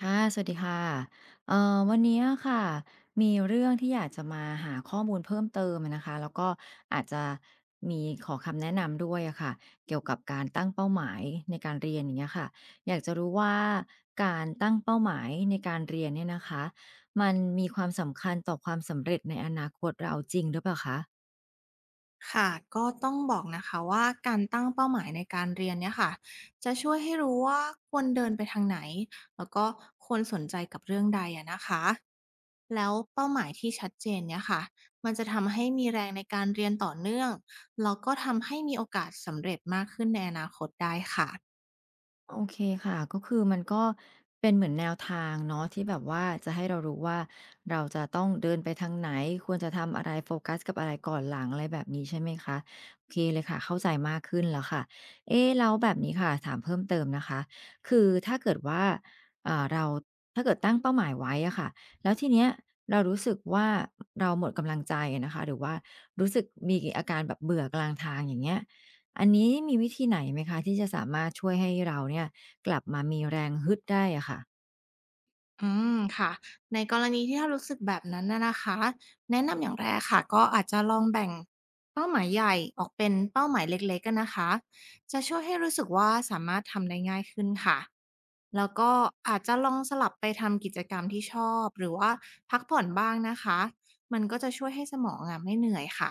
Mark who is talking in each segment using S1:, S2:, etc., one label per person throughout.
S1: ค่ะสวัสดีค่ะวันนี้อะค่ะ มีเรื่องที่อยากจะมาหาข้อมูลเพิ่มเติมอะนะคะแล้วก็อาจจะมีขอคำแนะนำด้วยอะค่ะเกี่ยวกับการตั้งเป้าหมายในการเรียนอย่างเงี้ยค่ะอยากจะรู้ว่าการตั้งเป้าหมายในการเรียนเนี่ยนะคะมันมีความสำคัญต่อความสำเร็จในอนาคตเราจริงหรือเปล่าคะ
S2: ค่ะก็ต้องบอกนะคะว่าการตั้งเป้าหมายในการเรียนเนี่ยค่ะจะช่วยให้รู้ว่าควรเดินไปทางไหนแล้วก็ควรสนใจกับเรื่องใดอะนะคะแล้วเป้าหมายที่ชัดเจนเนี่ยค่ะมันจะทำให้มีแรงในการเรียนต่อเนื่องแล้วก็ทำให้มีโอกาสสำเร็จมากขึ้นในอนาคตได้ค่ะ
S1: โอเคค่ะก็คือมันก็เป็นเหมือนแนวทางเนาะที่แบบว่าจะให้เรารู้ว่าเราจะต้องเดินไปทางไหนควรจะทำอะไรโฟกัสกับอะไรก่อนหลังอะไรแบบนี้ใช่ไหมคะโอเคเลยค่ะเข้าใจมากขึ้นแล้วค่ะเอ๊ะแล้วแบบนี้ค่ะถามเพิ่มเติมนะคะคือถ้าเกิดว่าเราถ้าเกิดตั้งเป้าหมายไว้อะค่ะแล้วทีเนี้ยเรารู้สึกว่าเราหมดกำลังใจนะคะหรือว่ารู้สึกมีอาการแบบเบื่อกลางทางอย่างเงี้ย อันนี้มีวิธีไหนไหมคะที่จะสามารถช่วยให้เราเนี่ยกลับมามีแรงฮึดได้อะค่ะ
S2: อืมค่ะในกรณีที่ถ้ารู้สึกแบบนั้นนะคะแนะนำอย่างแรกค่ะก็อาจจะลองแบ่งเป้าหมายใหญ่ออกเป็นเป้าหมายเล็กๆกันนะคะจะช่วยให้รู้สึกว่าสามารถทำได้ง่ายขึ้นค่ะแล้วก็อาจจะลองสลับไปทำกิจกรรมที่ชอบหรือว่าพักผ่อนบ้างนะคะมันก็จะช่วยให้สมองอะไม่เหนื่อยค่ะ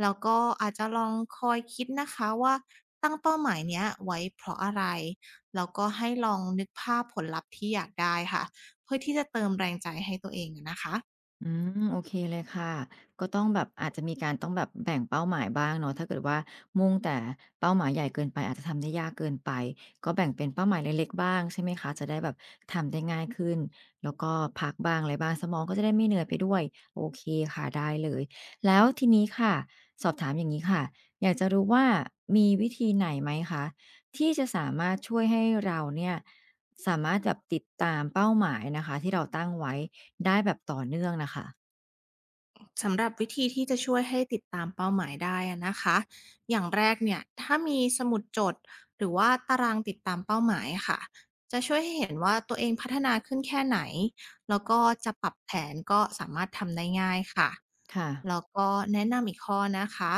S2: แล้วก็อาจจะลองคอยคิดนะคะว่าตั้งเป้าหมายเนี้ยไว้เพราะอะไรแล้วก็ให้ลองนึกภาพผลลัพธ์ที่อยากได้ค่ะ เพื่อที่จะเติมแรงใจให้ตัวเองอะนะคะ
S1: อืมโอเคเลยค่ะก็ต้องแบบอาจจะมีการต้องแบบแบ่งเป้าหมายบ้างเนาะถ้าเกิดว่ามุ่งแต่เป้าหมายใหญ่เกินไปอาจจะทำได้ยากเกินไปก็แบ่งเป็นเป้าหมายเล็กๆบ้างใช่ไหมคะจะได้แบบทำได้ง่ายขึ้นแล้วก็พักบ้างอะไรบ้างสมองก็จะได้ไม่เหนื่อยไปด้วยโอเคค่ะได้เลยแล้วทีนี้ค่ะสอบถามอย่างนี้ค่ะอยากจะรู้ว่ามีวิธีไหนไหมคะที่จะสามารถช่วยให้เราเนี่ยสามารถแบบติดตามเป้าหมายนะคะที่เราตั้งไว้ ได้แบบต่อเนื่องนะคะ
S2: สำหรับวิธีที่จะช่วยให้ติดตามเป้าหมายได้อะนะคะอย่างแรกเนี่ยถ้ามีสมุดจดหรือว่าตารางติดตามเป้าหมายค่ะจะช่วยให้เห็นว่าตัวเองพัฒนาขึ้นแค่ไหนแล้วก็จะปรับแผนก็สามารถทำได้ง่ายค่ะ
S1: ค่ะ
S2: แล้วก็แนะนำอีกข้อนะคะ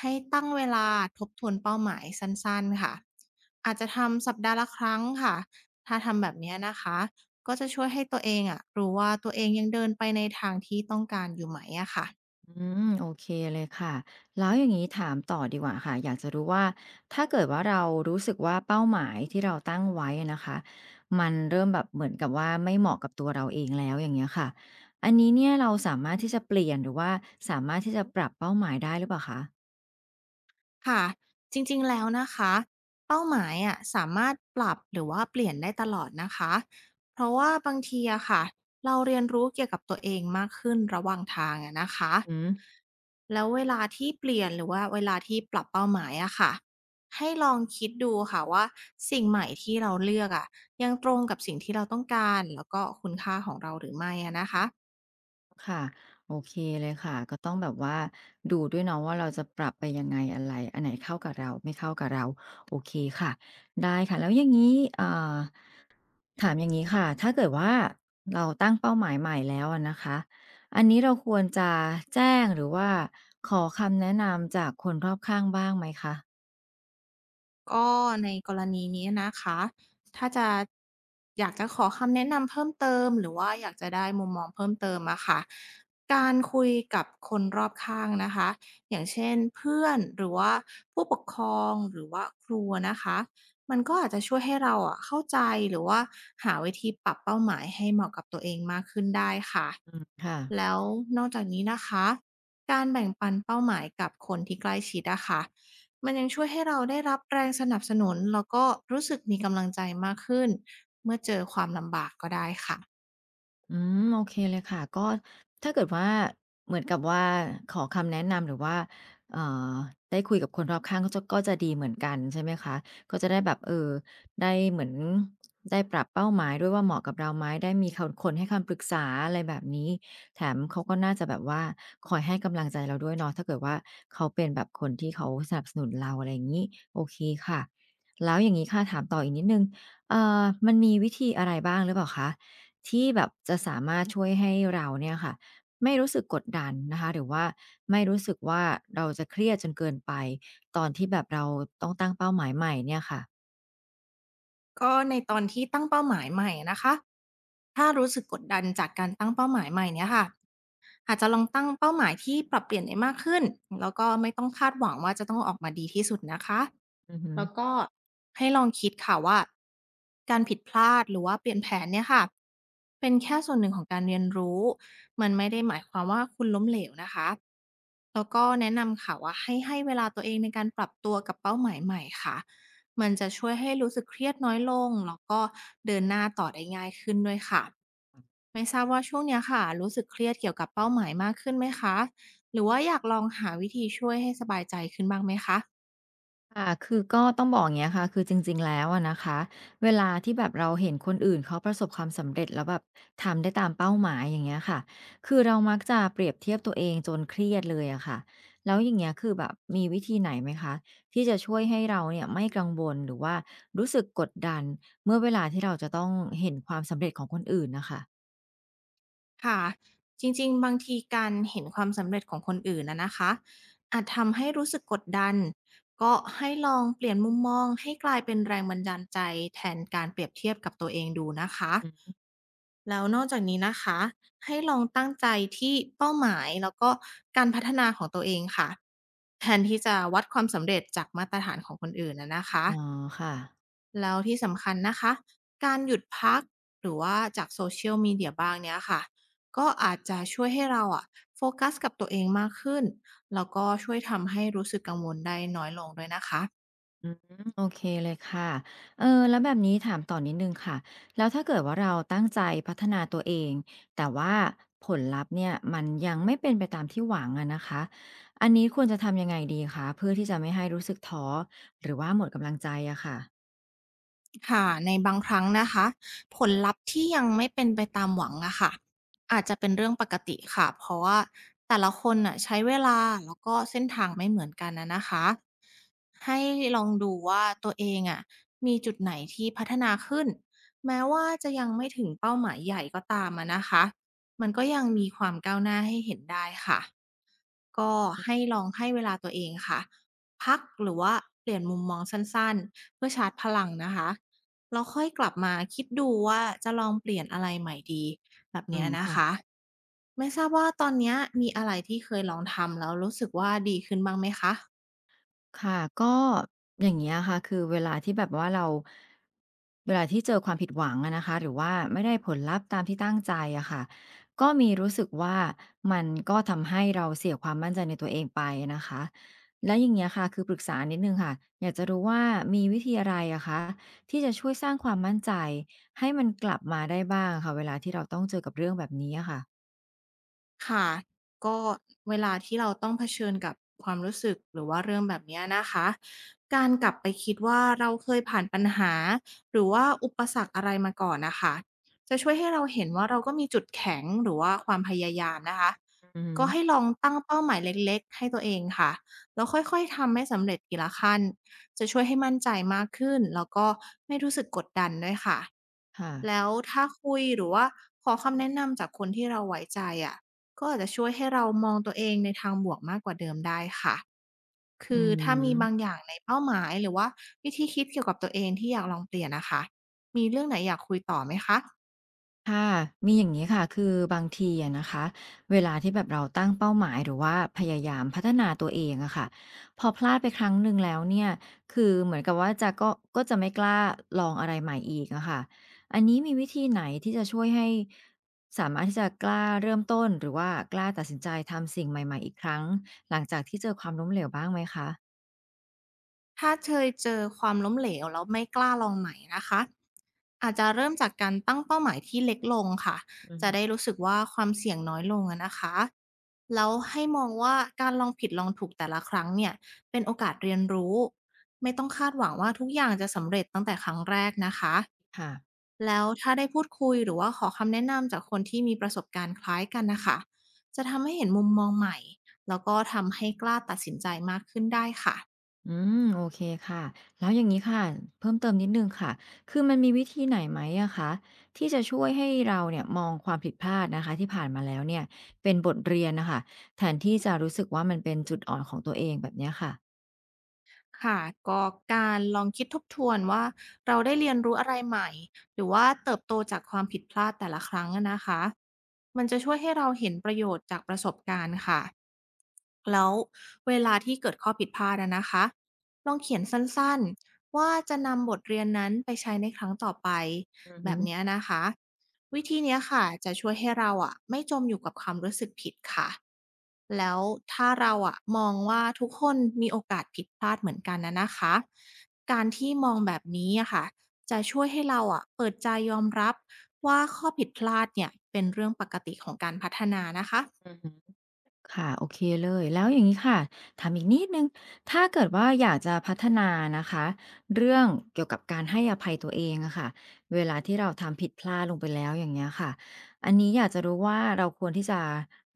S2: ให้ตั้งเวลาทบทวนเป้าหมายสั้นๆค่ะอาจจะทำสัปดาห์ละครั้งค่ะถ้าทำแบบเนี้ยนะคะ ก็จะช่วยให้ตัวเองอะรู้ว่าตัวเองยังเดินไปในทางที่ต้องการอยู่ไหมอะค่ะ
S1: อืมโอเคเลยค่ะแล้วอย่างนี้ถามต่อดีกว่าค่ะอยากจะรู้ว่า ถ้าเกิดว่าเรารู้สึกว่าเป้าหมายที่เราตั้งไว้อะนะคะ มันเริ่มแบบเหมือนกับว่าไม่เหมาะกับตัวเราเองแล้วอย่างเงี้ยค่ะอันนี้เนี่ยเราสามารถที่จะเปลี่ยนหรือว่าสามารถที่จะปรับเป้าหมายได้หรือเปล่าคะ
S2: ค่ะจริงๆแล้วนะคะเป้าหมายอะสามารถปรับหรือว่าเปลี่ยนได้ตลอดนะคะเพราะว่าบางทีอะค่ะเราเรียนรู้เกี่ยวกับตัวเองมากขึ้นระหว่างทางอะนะคะ
S1: อืม
S2: แล้วเวลาที่เปลี่ยนหรือว่าเวลาที่ปรับเป้าหมายอะค่ะให้ลองคิดดูค่ะว่าสิ่งใหม่ที่เราเลือกอะยังตรงกับสิ่งที่เราต้องการแล้วก็คุณค่าของเราหรือไม่อะนะคะ
S1: ค่ะโอเคเลยค่ะก็ต้องแบบว่าดูด้วยเนาะว่าเราจะปรับไปยังไงอะไรอันไหนเข้ากับเราไม่เข้ากับเราโอเคค่ะได้ค่ะแล้วอย่างนี้เอ่าถามอย่างนี้ค่ะถ้าเกิดว่าเราตั้งเป้าหมายใหม่แล้วอะนะคะอันนี้เราควรจะแจ้งหรือว่าขอคำแนะนำจากคนรอบข้างบ้างไหมคะ
S2: ก็ในกรณีนี้นะคะถ้าจะอยากจะขอคำแนะนำเพิ่มเติมหรือว่าอยากจะได้มุมมองเพิ่มเติมอะค่ะการคุยกับคนรอบข้างนะคะอย่างเช่นเพื่อนหรือว่าผู้ปกครองหรือว่าครูนะคะมันก็อาจจะช่วยให้เราอะเข้าใจหรือว่าหาวิธีปรับเป้าหมายให้เหมาะกับตัวเองมากขึ้นได้ค่ะ
S1: อืมค่ะ
S2: แล้วนอกจากนี้นะคะการแบ่งปันเป้าหมายกับคนที่ใกล้ชิดอะค่ะ มันยังช่วยให้เราได้รับแรงสนับสนุนแล้วก็รู้สึกมีกำลังใจมากขึ้นเมื่อเจอความลำบากก็ได้ค่ะ
S1: อืมโอเคเลยค่ะก็ถ้าเกิดว่าเหมือนกับว่าขอคำแนะนำหรือว่าเอ่อได้คุยกับคนรอบข้างก็จะก็จะดีเหมือนกันใช่ไหมคะก็จะได้แบบเออได้เหมือนได้ปรับเป้าหมายด้วยว่าเหมาะกับเราไหมได้มีคนให้คำปรึกษาอะไรแบบนี้แถมเขาก็น่าจะแบบว่าคอยให้กำลังใจเราด้วยเนาะถ้าเกิดว่าเขาเป็นแบบคนที่เขาสนับสนุนเราอะไรอย่างนี้โอเคค่ะแล้วอย่างนี้ค่ะถามต่ออีกนิดนึงมันมีวิธีอะไรบ้างหรือเปล่าคะ ที่แบบจะสามารถช่วยให้เราเนี่ยค่ะไม่รู้สึกกดดันนะคะหรือว่าไม่รู้สึกว่าเราจะเครียดจนเกินไปตอนที่แบบเราต้องตั้งเป้าหมายใหม่เนี่ยค่ะ
S2: ก็ในตอนที่ตั้งเป้าหมายใหม่นะคะถ้ารู้สึกกดดันจากการตั้งเป้าหมายใหม่เนี่ยค่ะอาจจะลองตั้งเป้าหมายที่ปรับเปลี่ยนได้มากขึ้นแล้วก็ไม่ต้องคาดหวังว่าจะต้องออกมาดีที่สุดนะคะ
S1: อือฮึ
S2: แล้วก็ให้ลองคิดค่ะว่าการผิดพลาดหรือว่าเปลี่ยนแผนเนี่ยค่ะเป็นแค่ส่วนหนึ่งของการเรียนรู้มันไม่ได้หมายความว่าคุณล้มเหลวนะคะแล้วก็แนะนำค่ะว่าให้เวลาตัวเองในการปรับตัวกับเป้าหมายใหม่ค่ะมันจะช่วยให้รู้สึกเครียดน้อยลงแล้วก็เดินหน้าต่อได้ง่ายขึ้นด้วยค่ะไม่ทราบว่าช่วงเนี้ยค่ะรู้สึกเครียดเกี่ยวกับเป้าหมายมากขึ้นไหมคะหรือว่าอยากลองหาวิธีช่วยให้สบายใจขึ้นบ้างไหมคะ
S1: ค่ะคือก็ต้องบอกอย่างเงี้ยค่ะคือจริงๆแล้วอะนะคะ เวลาที่แบบเราเห็นคนอื่นเขาประสบความสำเร็จแล้วแบบทำได้ตามเป้าหมายอย่างเงี้ยค่ะ คือเรามักจะเปรียบเทียบตัวเองจนเครียดเลยอะค่ะแล้วอย่างเงี้ยคือแบบมีวิธีไหนไหมคะที่จะช่วยให้เราเนี่ยไม่กังวลหรือว่ารู้สึกกดดันเมื่อเวลาที่เราจะต้องเห็นความสำเร็จของคนอื่นน่ะค่ะ
S2: ค่ะจริงๆบางทีการเห็นความสำเร็จของคนอื่นอะนะคะอาจทำให้รู้สึกกดดันก็ให้ลองเปลี่ยนมุมมองให้กลายเป็นแรงบันดาลใจแทนการเปรียบเทียบกับตัวเองดูนะคะ
S1: อืม
S2: แล้วนอกจากนี้นะคะให้ลองตั้งใจที่เป้าหมายแล้วก็การพัฒนาของตัวเองค่ะแทนที่จะวัดความสำเร็จจากมาตรฐานของคนอื่นนะคะ
S1: อ๋อค่ะ
S2: แล้วที่สำคัญนะคะ การหยุดพักหรือว่าจากโซเชียลมีเดียบ้างเนี้ยค่ะ ก็อาจจะช่วยให้เราอะโฟกัสกับตัวเองมากขึ้น แล้วก็ช่วยทำให้รู้สึกกังวลได้น้อยลงด้วยนะคะ
S1: อืมโอเคเลยค่ะเออแล้วแบบนี้ถามต่อนิดนึงค่ะ แล้วถ้าเกิดว่าเราตั้งใจพัฒนาตัวเอง แต่ว่าผลลัพธ์เนี่ยมันยังไม่เป็นไปตามที่หวังอะนะคะ อันนี้ควรจะทำยังไงดีคะเพื่อที่จะไม่ให้รู้สึกท้อหรือว่าหมดกำลังใจอะค่ะ
S2: ค่ะในบางครั้งนะคะผลลัพธ์ที่ยังไม่เป็นไปตามหวังอะค่ะอาจจะเป็นเรื่องปกติค่ะเพราะว่าแต่ละคนน่ะใช้เวลาแล้วก็เส้นทางไม่เหมือนกันนะคะให้ลองดูว่าตัวเองอะมีจุดไหนที่พัฒนาขึ้นแม้ว่าจะยังไม่ถึงเป้าหมายใหญ่ก็ตามอะนะคะมันก็ยังมีความก้าวหน้าให้เห็นได้ค่ะ ก็ให้ลองให้เวลาตัวเองค่ะพักหรือว่าเปลี่ยนมุมมองสั้นๆเพื่อชาร์จพลังนะคะแล้วค่อยกลับมาคิดดูว่าจะลองเปลี่ยนอะไรใหม่ดีแบบ
S1: อื
S2: เนี้ย
S1: ม
S2: นะ
S1: ค่ะ
S2: คะไม่ทราบว่าตอนเนี้ยมีอะไรที่เคยลองทำแล้วรู้สึกว่าดีขึ้นบ้างไหมคะ
S1: ค่ะก็อย่างเงี้ยค่ะคือเวลาที่แบบว่าเวลาที่เจอความผิดหวังอะนะคะหรือว่าไม่ได้ผลลัพธ์ตามที่ตั้งใจอะค่ะก็มีรู้สึกว่ามันก็ทำให้เราเสียความมั่นใจในตัวเองไปนะคะแล้วอย่างเงี้ยค่ะคือปรึกษานิดหนึ่งค่ะอยากจะรู้ว่ามีวิธีอะไรอะคะที่จะช่วยสร้างความมั่นใจให้มันกลับมาได้บ้างอะค่ะเวลาที่เราต้องเจอกับเรื่องแบบนี้อะค่ะ
S2: ค่ะก็เวลาที่เราต้องเผชิญกับความรู้สึกหรือว่าเรื่องแบบเนี้ยนะคะการกลับไปคิดว่าเราเคยผ่านปัญหาหรือว่าอุปสรรคอะไรมาก่อนนะคะจะช่วยให้เราเห็นว่าเราก็มีจุดแข็งหรือว่าความพยายามนะคะ
S1: อือฮึ
S2: ก็ให้ลองตั้งเป้าหมายเล็กๆให้ตัวเองค่ะแล้วค่อยๆทำให้สำเร็จทีละขั้นจะช่วยให้มั่นใจมากขึ้นแล้วก็ไม่รู้สึกกดดันด้วยค่ะ
S1: ค่ะ
S2: แล้วถ้าคุยหรือว่าขอคำแนะนำจากคนที่เราไว้ใจอะ ก็อาจจะช่วยให้เรามองตัวเองในทางบวกมากกว่าเดิมได้ค่ะ
S1: อื
S2: คือถ้ามีบาง
S1: ม
S2: อย่างในเป้าหมายหรือว่าวิธีคิดเกี่ยวกับตัวเองที่อยากลองเปลี่ยนนะคะมีเรื่องไหนอยากคุยต่อไหมคะ
S1: ค่ะมีอย่างนี้ค่ะคือบางทีอะนะคะเวลาที่แบบเราตั้งเป้าหมายหรือว่าพยายามพัฒนาตัวเองอะค่ะพอพลาดไปครั้งหนึ่งแล้วเนี่ยคือเหมือนกับว่าจะก็จะไม่กล้าลองอะไรใหม่อีกอะค่ะอันนี้มีวิธีไหนที่จะช่วยให้สามารถที่จะกล้าเริ่มต้นหรือว่ากล้าตัดสินใจทำสิ่งใหม่ๆอีกครั้งหลังจากที่เจอความล้มเหลวบ้างไหมคะ
S2: ถ้าเคยเจอความล้มเหลวแล้วไม่กล้าลองใหม่นะคะ อาจจะเริ่มจากการตั้งเป้าหมายที่เล็กลงค่ะ
S1: อือ
S2: จะ
S1: ฮึ
S2: ได้รู้สึกว่าความเสี่ยงน้อยลงอะนะคะแล้วให้มองว่าการลองผิดลองถูกแต่ละครั้งเนี่ยเป็นโอกาสเรียนรู้ไม่ต้องคาดหวังว่าทุกอย่างจะสำเร็จตั้งแต่ครั้งแรกนะคะ
S1: ค่ะ
S2: แล้วถ้าได้พูดคุยหรือว่าขอคำแนะนำจากคนที่มีประสบการณ์คล้ายกันนะคะจะทำให้เห็นมุมมองใหม่แล้วก็ทำให้กล้าตัดสินใจมากขึ้นได้ค่ะ
S1: อืมโอเคค่ะแล้วอย่างนี้ค่ะเพิ่มเติมนิดนึงค่ะคือมันมีวิธีไหนไหมอะคะที่จะช่วยให้เราเนี่ยมองความผิดพลาดนะคะที่ผ่านมาแล้วเนี่ยเป็นบทเรียนนะคะแทนที่จะรู้สึกว่ามันเป็นจุดอ่อนของตัวเองแบบเนี้ยค่ะ
S2: ค่ะก็การลองคิดทบทวนว่าเราได้เรียนรู้อะไรใหม่หรือว่าเติบโตจากความผิดพลาดแต่ละครั้งอะนะคะมันจะช่วยให้เราเห็นประโยชน์จากประสบการณ์ค่ะแล้วเวลาที่เกิดข้อผิดพลาดอะนะคะลองเขียนสั้นๆว่าจะนำบทเรียนนั้นไปใช้ในครั้งต่อไป แบบเนี้ยนะคะวิธีเนี้ยค่ะจะช่วยให้เราอ่ะไม่จมอยู่กับความรู้สึกผิดค่ะแล้วถ้าเราอะมองว่าทุกคนมีโอกาสผิดพลาดเหมือนกันนะคะการที่มองแบบนี้อะค่ะจะช่วยให้เราอ่ะเปิดใจยอมรับว่าข้อผิดพลาดเนี่ยเป็นเรื่องปกติของการพัฒนานะคะ
S1: ค่ะโอเคเลยแล้วอย่างนี้ค่ะถามอีกนิดหนึ่งถ้าเกิดว่าอยากจะพัฒนานะคะเรื่องเกี่ยวกับการให้อภัยตัวเองอะค่ะเวลาที่เราทำผิดพลาดลงไปแล้วอย่างเงี้ยค่ะอันนี้อยากจะรู้ว่าเราควรที่จะ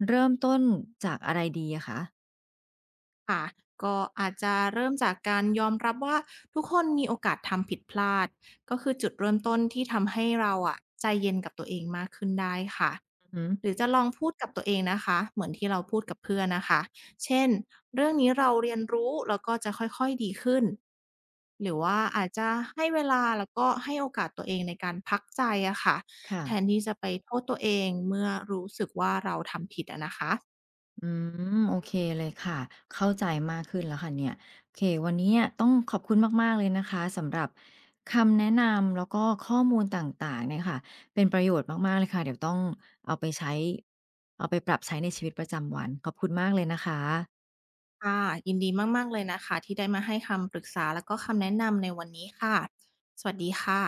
S1: เริ่มต้นจากอะไรดีอะคะ
S2: ค่ะก็อาจจะเริ่มจากการยอมรับว่าทุกคนมีโอกาสทำผิดพลาดก็คือจุดเริ่มต้นที่ทำให้เราอะใจเย็นกับตัวเองมากขึ้นได้ค่ะ
S1: อือหือ
S2: หรือจะลองพูดกับตัวเองนะคะเหมือนที่เราพูดกับเพื่อนนะคะเช่นเรื่องนี้เราเรียนรู้แล้วก็จะค่อยๆดีขึ้นหรือว่าอาจจะให้เวลาแล้วก็ให้โอกาสตัวเองในการพักใจอะค่ะ
S1: ค่ะ
S2: แทนที่จะไปโทษตัวเองเมื่อรู้สึกว่าเราทำผิดอะนะคะ
S1: อืมโอเคเลยค่ะเข้าใจมากขึ้นแล้วค่ะเนี่ยโอเควันนี้เนี่ยต้องขอบคุณมากๆเลยนะคะสำหรับคำแนะนำแล้วก็ข้อมูลต่างๆเนี่ยค่ะเป็นประโยชน์มากๆเลยค่ะเดี๋ยวต้องเอาไปใช้เอาไปปรับใช้ในชีวิตประจำวันขอบคุณมากเลยนะคะ
S2: ค่ะยินดีมากๆเลยนะคะที่ได้มาให้คำปรึกษาแล้วก็คำแนะนำในวันนี้ค่ะสวัสดีค่ะ